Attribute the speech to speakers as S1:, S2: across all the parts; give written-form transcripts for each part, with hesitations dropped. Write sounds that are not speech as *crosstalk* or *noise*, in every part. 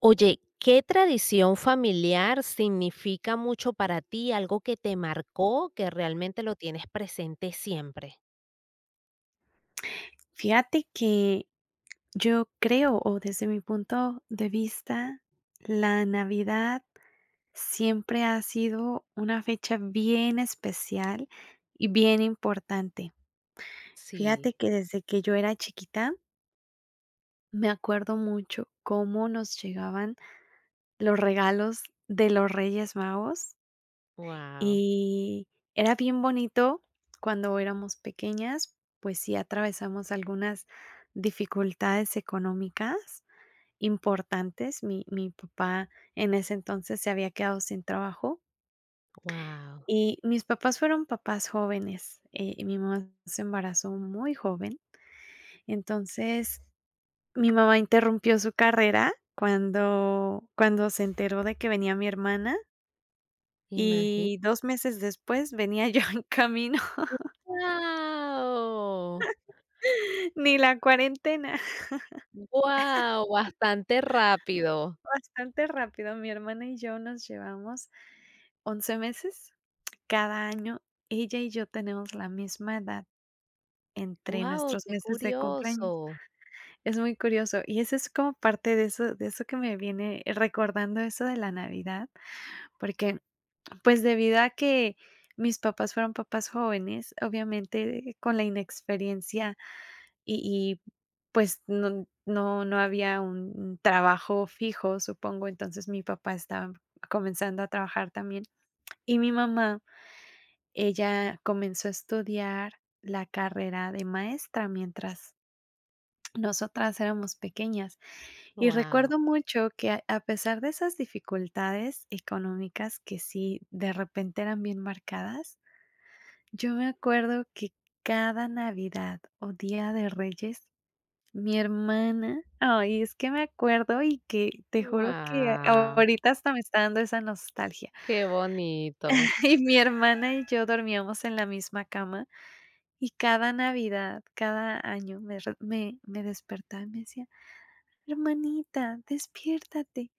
S1: Oye, ¿qué tradición familiar significa mucho para ti? Algo que te marcó, que realmente lo tienes presente siempre.
S2: Fíjate que yo creo, o desde mi punto de vista, la Navidad siempre ha sido una fecha bien especial y bien importante.
S1: Sí,
S2: Fíjate que desde que yo era chiquita, me acuerdo mucho cómo nos llegaban los regalos de los Reyes Magos
S1: wow.
S2: y era bien bonito cuando éramos pequeñas, pues sí atravesamos algunas dificultades económicas importantes. Mi papá en ese entonces se había quedado sin trabajo
S1: Wow,
S2: y mis papás fueron papás jóvenes, mi mamá se embarazó muy joven. Entonces, mi mamá interrumpió su carrera cuando se enteró de que venía mi hermana
S1: imagínate.
S2: y 2 meses después venía *laughs* yo en camino.
S1: Wow,
S2: Ni la cuarentena, *laughs*
S1: wow, bastante rápido.
S2: bastante rápido. Mi hermana y yo nos llevamos 11 meses. Cada año ella y yo tenemos la misma edad entre
S1: Wow,
S2: nuestros
S1: qué
S2: meses de cumpleaños.
S1: curioso.
S2: Es muy curioso, y eso es como parte de eso que me viene recordando eso de la Navidad, porque, pues, debido a que mis papás fueron papás jóvenes, obviamente, con la inexperiencia. Y pues, no había un trabajo fijo, supongo, entonces mi papá estaba comenzando a trabajar también. Y mi mamá, ella comenzó a estudiar la carrera de maestra mientras nosotras éramos pequeñas. Y
S1: Wow,
S2: recuerdo mucho que a pesar de esas dificultades económicas que sí de repente eran bien marcadas, yo me acuerdo que cada Navidad o Día de Reyes mi hermana, ay, es que me acuerdo y que te juro que
S1: wow,
S2: ahorita hasta me está dando esa nostalgia.
S1: qué bonito.
S2: *laughs* Y mi hermana y yo dormíamos en la misma cama y cada Navidad, cada año me despertaba y me decía: "Hermanita, despiértate.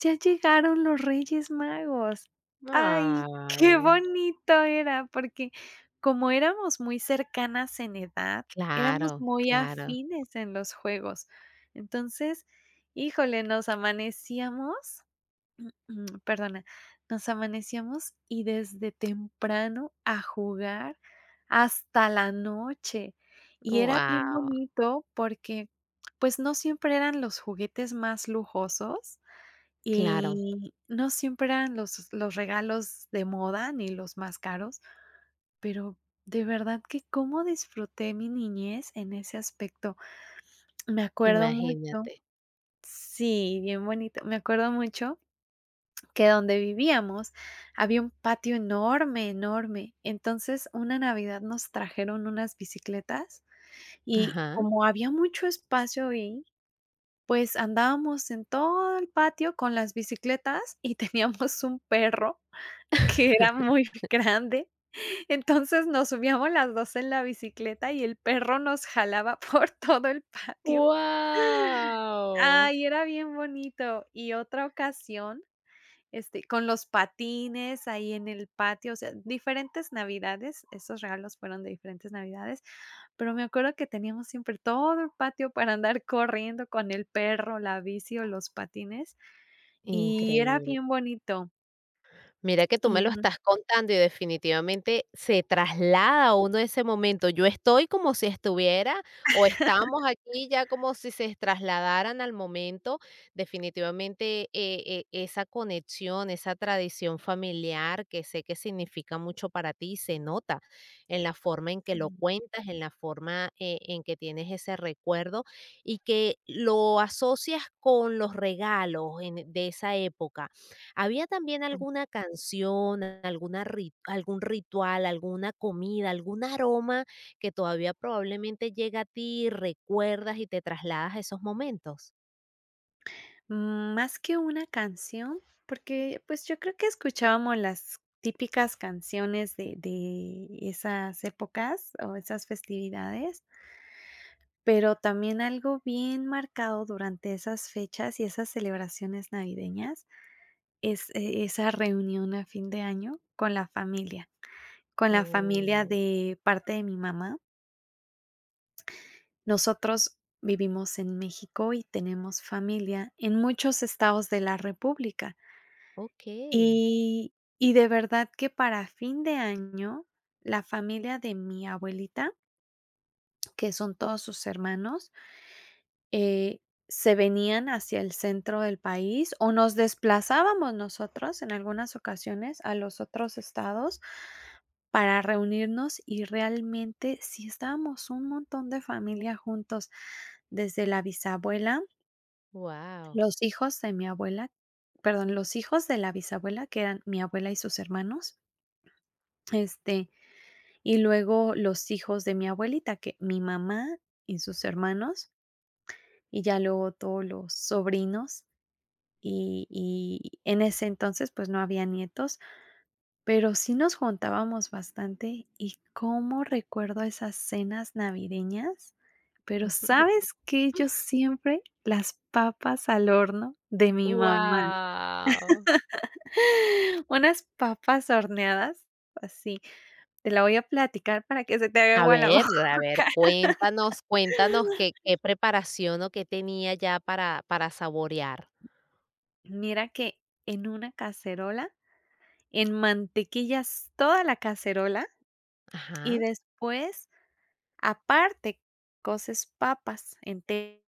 S2: Ya llegaron los Reyes Magos". Ay, qué
S1: Ay,
S2: bonito era, porque como éramos muy cercanas en edad, éramos
S1: claro,
S2: muy
S1: claro.
S2: afines en los juegos. Entonces, híjole, nos amanecíamos. Perdona, nos amanecíamos y desde temprano a jugar hasta la noche. Y era bien
S1: Wow,
S2: bonito porque, pues, no siempre eran los juguetes más lujosos
S1: claro,
S2: y no siempre eran los regalos de moda ni los más caros, pero de verdad que cómo disfruté mi niñez en ese aspecto. Me acuerdo mucho,
S1: imagínate.
S2: sí, bien bonito. Me acuerdo mucho que donde vivíamos había un patio enorme, enorme. Entonces, una Navidad nos trajeron unas bicicletas y
S1: Ajá.
S2: como había mucho espacio ahí, pues andábamos en todo el patio con las bicicletas y *laughs* teníamos un perro que era
S1: *laughs*
S2: muy *laughs* grande. Entonces nos subíamos las 2 en la bicicleta y el perro nos jalaba *laughs* por todo el patio.
S1: Wow,
S2: Ay, era bien bonito. Y otra ocasión. Con los patines ahí en el patio, o sea, diferentes navidades, esos regalos fueron de diferentes navidades, pero me acuerdo que teníamos siempre todo el patio para andar corriendo con el perro, la bici o los patines, y era
S1: increíble.
S2: bien bonito.
S1: Mira que tú me
S2: Y
S1: lo
S2: no
S1: estás contando y definitivamente se traslada a uno ese momento. Yo estoy como si estuviera o estamos aquí ya como si se trasladaran al momento. Definitivamente esa conexión, esa tradición familiar que sé que significa mucho para ti, se nota en la forma en que
S2: sé,
S1: lo cuentas, en la forma en que tienes ese recuerdo y que lo asocias con los regalos de esa época. ¿Había también alguna canción, algún ritual, alguna comida, algún aroma que todavía probablemente llega a ti y recuerdas y te trasladas a esos momentos?
S2: más que una canción, porque, pues, yo creo que escuchábamos las típicas canciones de esas épocas o esas festividades. Pero también algo bien marcado durante esas fechas y esas celebraciones navideñas es, esa reunión a fin de año con la familia
S1: Oh,
S2: de parte de mi mamá. Nosotros vivimos en México y tenemos familia en muchos estados de la república.
S1: ok.
S2: Y y de verdad que para fin de año, la familia de mi abuelita, que son todos sus hermanos, Eh, se venían hacia el centro del país, o nos desplazábamos nosotros en algunas ocasiones a los otros estados para reunirnos, y realmente sí estábamos un montón de familia juntos, desde la bisabuela,
S1: Wow.
S2: los hijos de mi abuela, perdón, los hijos de la bisabuela, que eran mi abuela y sus hermanos, este, y luego los hijos de mi abuelita, que mi mamá y sus hermanos, y ya luego todos los sobrinos. Y en ese entonces, pues, no había nietos, pero sí nos juntábamos bastante, y cómo recuerdo esas cenas navideñas, pero,
S1: *laughs*
S2: ¿sabes qué? Yo siempre las papas al horno de mi mamá,
S1: Wow.
S2: *laughs* unas papas horneadas, así, te la voy a platicar para que se te haga agua la *laughs* boca.
S1: A ver, cuéntanos, cuéntanos qué, qué preparación o qué tenía ya para saborear.
S2: Mira que en una cacerola, en mantequillas toda la cacerola, y
S1: Ajá,
S2: después. Aparte, Coces papas enteras,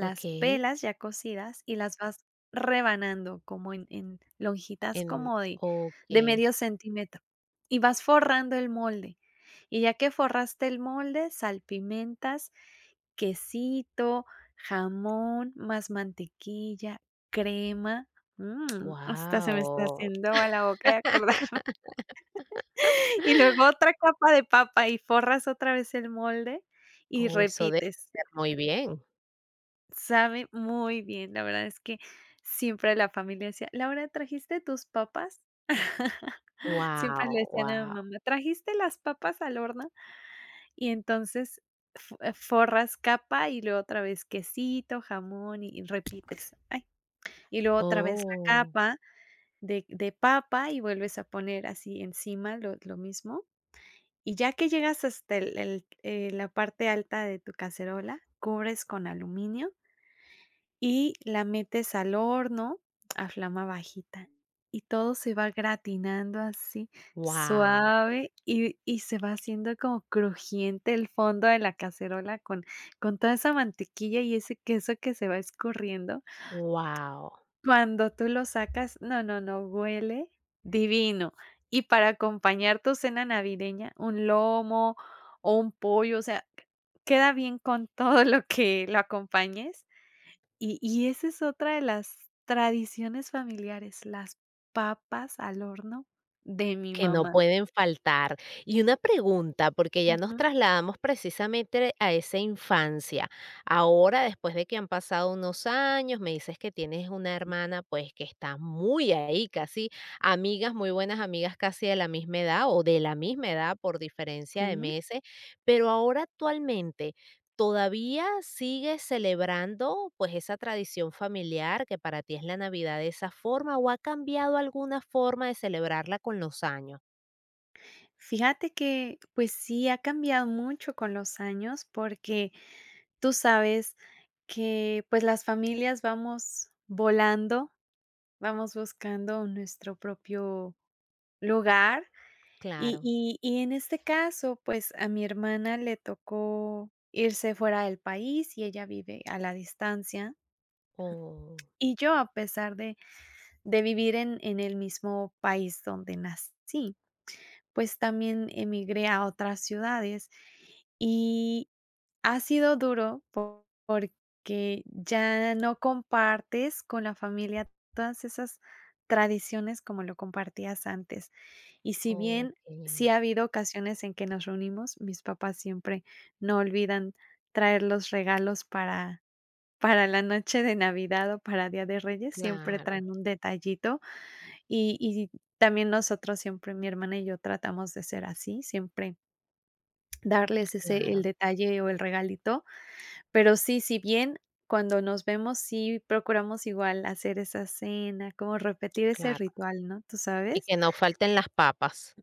S1: ok.
S2: pelas ya cocidas y las vas rebanando como en lonjitas
S1: En,
S2: como de
S1: ok,
S2: de medio centímetro y vas forrando el molde. Y ya que forraste el molde, salpimentas quesito, jamón, más mantequilla, crema. Mm, hasta se me está
S1: wow.
S2: haciendo a la boca de acordar. Y luego otra capa de papa y forras otra vez el molde y
S1: Oh, eso debe
S2: repites.
S1: oler muy bien.
S2: Sabe muy bien, la verdad es que siempre la familia decía: "Laura, ¿trajiste tus papas?" *laughs* Siempre le
S1: Wow,
S2: decían a mi
S1: wow,
S2: mamá: "¿Trajiste las papas al horno?" Y entonces fo forras capa y luego otra vez quesito, jamón y repites. Ay, y luego otra vez la
S1: oh,
S2: capa de papa y vuelves a poner así encima lo mismo. Y ya que llegas hasta la parte alta de tu cacerola, cubres con aluminio y la metes al horno a flama bajita. Y todo se va gratinando así
S1: wow,
S2: suave y se va haciendo como crujiente el fondo de la cacerola con toda esa mantequilla y ese queso que se va escurriendo.
S1: wow,
S2: Cuando tú lo sacas, no, no, no, huele divino. Y para acompañar tu cena navideña, un lomo o un pollo, o sea, queda bien con todo lo que lo acompañes. Y esa es otra de las tradiciones familiares, las papas al horno de mi
S1: que no
S2: mamá.
S1: pueden faltar. Y una pregunta, porque ya nos
S2: Ujú,
S1: trasladamos precisamente a esa infancia. Ahora, después de que han pasado unos años, me dices que tienes una hermana, pues, que está muy ahí, casi amigas, muy buenas amigas, casi de la misma edad o de la misma edad por diferencia de
S2: sí.
S1: meses, pero ahora actualmente, ¿todavía sigues celebrando, pues, esa tradición familiar que para ti es la Navidad de esa forma, o ha cambiado alguna forma de celebrarla con los años?
S2: Fíjate que, pues sí, ha cambiado mucho con los años porque tú sabes que, pues, las familias vamos volando, vamos buscando nuestro propio lugar, y
S1: Claro.
S2: y y en este caso, pues, a mi hermana le tocó irse fuera del país y ella vive a la distancia,
S1: Oh,
S2: y yo, a pesar de vivir en el mismo país donde nací, pues también emigré a otras ciudades y ha sido duro porque ya no compartes con la familia todas esas tradiciones como lo compartías antes. Y si bien
S1: okey.
S2: sí ha habido ocasiones en que nos reunimos, mis papás siempre no olvidan traer los regalos para la noche de Navidad o para Día de Reyes, siempre
S1: Claro,
S2: traen un detallito y también nosotros siempre, mi hermana y yo tratamos de ser así, siempre darles ese
S1: claro,
S2: el detalle o el regalito, pero sí, si bien cuando nos vemos, sí procuramos igual hacer esa cena, como repetir ese
S1: claro.
S2: ritual, ¿no? ¿Tú
S1: Y
S2: sabes?
S1: que no falten las papas.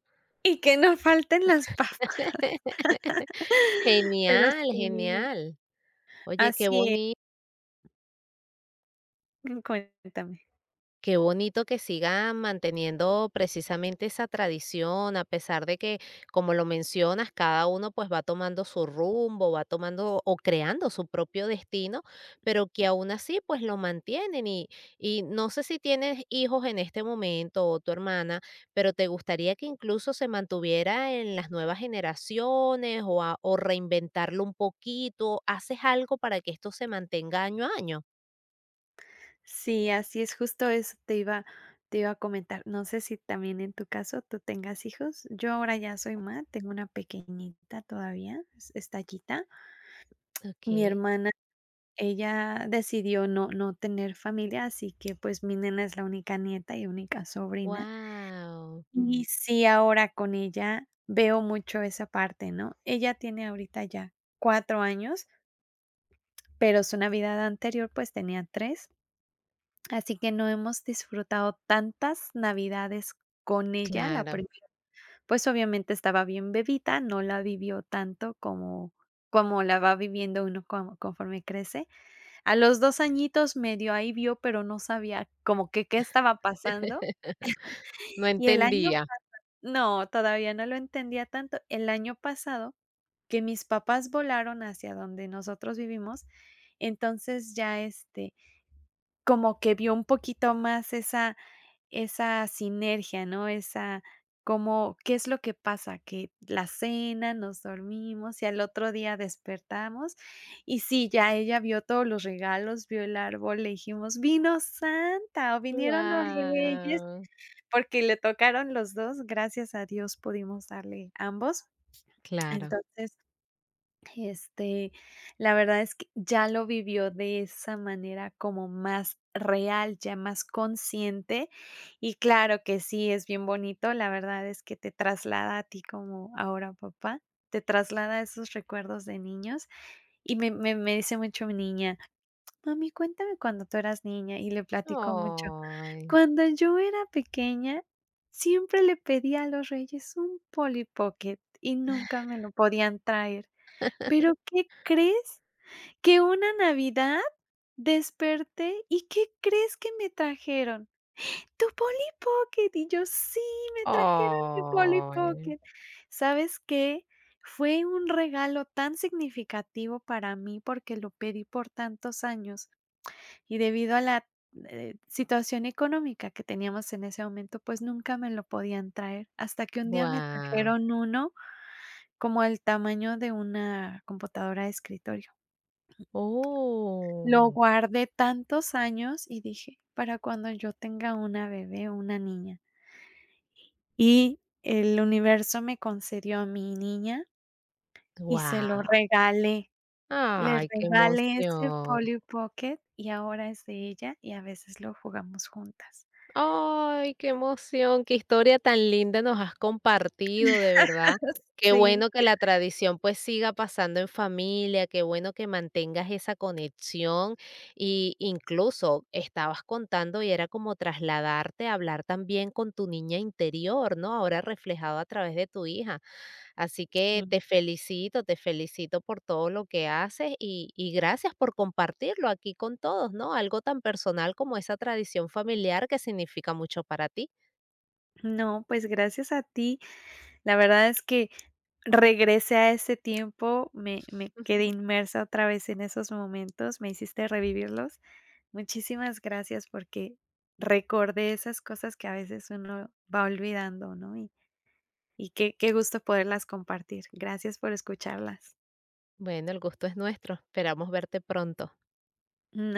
S2: Y que no falten las papas,
S1: *laughs*
S2: *laughs* pero
S1: Genial,
S2: sí,
S1: genial. Oye, qué
S2: así es.
S1: bonito.
S2: Cuéntame.
S1: Qué bonito que sigan manteniendo precisamente esa tradición, a pesar de que, como lo mencionas, cada uno pues va tomando su rumbo, va tomando o creando su propio destino, pero que aún así pues lo mantienen. Y no sé si tienes hijos en este momento o tu hermana, pero te gustaría que incluso se mantuviera en las nuevas generaciones o reinventarlo un poquito. ¿Haces algo para que esto se mantenga año a año?
S2: Sí, así es, justo eso te iba a comentar. No sé si también en tu caso tú tengas hijos. Yo ahora ya soy mamá, tengo una pequeñita todavía, es Tallita.
S1: Ok.
S2: Mi hermana, ella decidió no tener familia, así que, pues, mi nena es la única nieta y única sobrina.
S1: Wow.
S2: Y sí, ahora con ella veo mucho esa parte, ¿no? Ella tiene ahorita ya 4 años, pero su Navidad anterior, pues, tenía 3. Así que no hemos disfrutado tantas Navidades con ella. La
S1: Claro,
S2: primera, pues, obviamente estaba bien bebita, no la vivió tanto como como la va viviendo uno como conforme crece. A los 2 añitos medio ahí vio, pero no sabía como que qué estaba pasando.
S1: no
S2: Y el año
S1: entendía.
S2: no, todavía no lo entendía tanto. El año pasado, que mis papás volaron hacia donde nosotros vivimos, entonces ya, como que vio un poquito más esa. Esa sinergia, ¿no? Esa como, ¿qué es lo que pasa? Que la cena, nos dormimos y al otro día despertamos, y sí, ya ella vio todos los regalos, vio el árbol, le dijimos: "Vino Santa o vinieron los reyes",
S1: Wow,
S2: porque le tocaron los dos, gracias a Dios pudimos darle ambos.
S1: claro.
S2: Entonces este, la verdad es que ya lo vivió de esa manera como más real, ya más consciente. Y claro que sí, es bien bonito. La verdad es que te traslada a ti como ahora papá, te traslada esos recuerdos de niños. Y me dice mucho mi niña, mami, cuéntame cuando tú eras niña. Y le platico mucho.
S1: Ay,
S2: Cuando yo era pequeña, siempre le pedía a los reyes un Polly Pocket y nunca me lo podían traer. Pero, ¿qué crees? Que una Navidad desperté, ¿y qué crees que me trajeron? Tu Polly Pocket. Y yo: "Sí, me trajeron mi Polly
S1: ay,
S2: Pocket". ¿Sabes qué? Fue un regalo tan significativo para mí, porque lo pedí por tantos años, y debido a la, situación económica que teníamos en ese momento, pues nunca me lo podían traer, hasta que un día me
S1: wow,
S2: trajeron uno como el tamaño de una computadora de escritorio. Lo
S1: oh,
S2: guardé tantos años y dije: "Para cuando yo tenga una bebé o una niña". Y el universo me concedió a mi niña y se lo
S1: wow.
S2: regalé. Le
S1: Ay, qué
S2: regalé ese
S1: emoción.
S2: Polly Pocket y ahora es de ella y a veces lo jugamos juntas.
S1: Ay, qué emoción, qué historia tan linda nos has compartido, de verdad.
S2: *laughs*
S1: Qué
S2: Sí,
S1: bueno que la tradición pues siga pasando en familia, qué bueno que mantengas esa conexión y incluso estabas contando y era como trasladarte a hablar también con tu niña interior, ¿no? Ahora reflejado a través de tu hija. Así que
S2: sí.
S1: te felicito por todo lo que haces y gracias por compartirlo aquí con todos, ¿no? Algo tan personal como esa tradición familiar que significa mucho para ti.
S2: No, pues gracias a ti. La verdad es que regresé a ese tiempo, me quedé
S1: *laughs*
S2: inmersa otra vez en esos momentos, me hiciste revivirlos. Muchísimas gracias porque recordé esas cosas que a veces uno va olvidando, ¿no? Y qué qué gusto poderlas compartir. Gracias por escucharlas.
S1: Bueno, el gusto es nuestro. Esperamos verte pronto.
S2: Mm.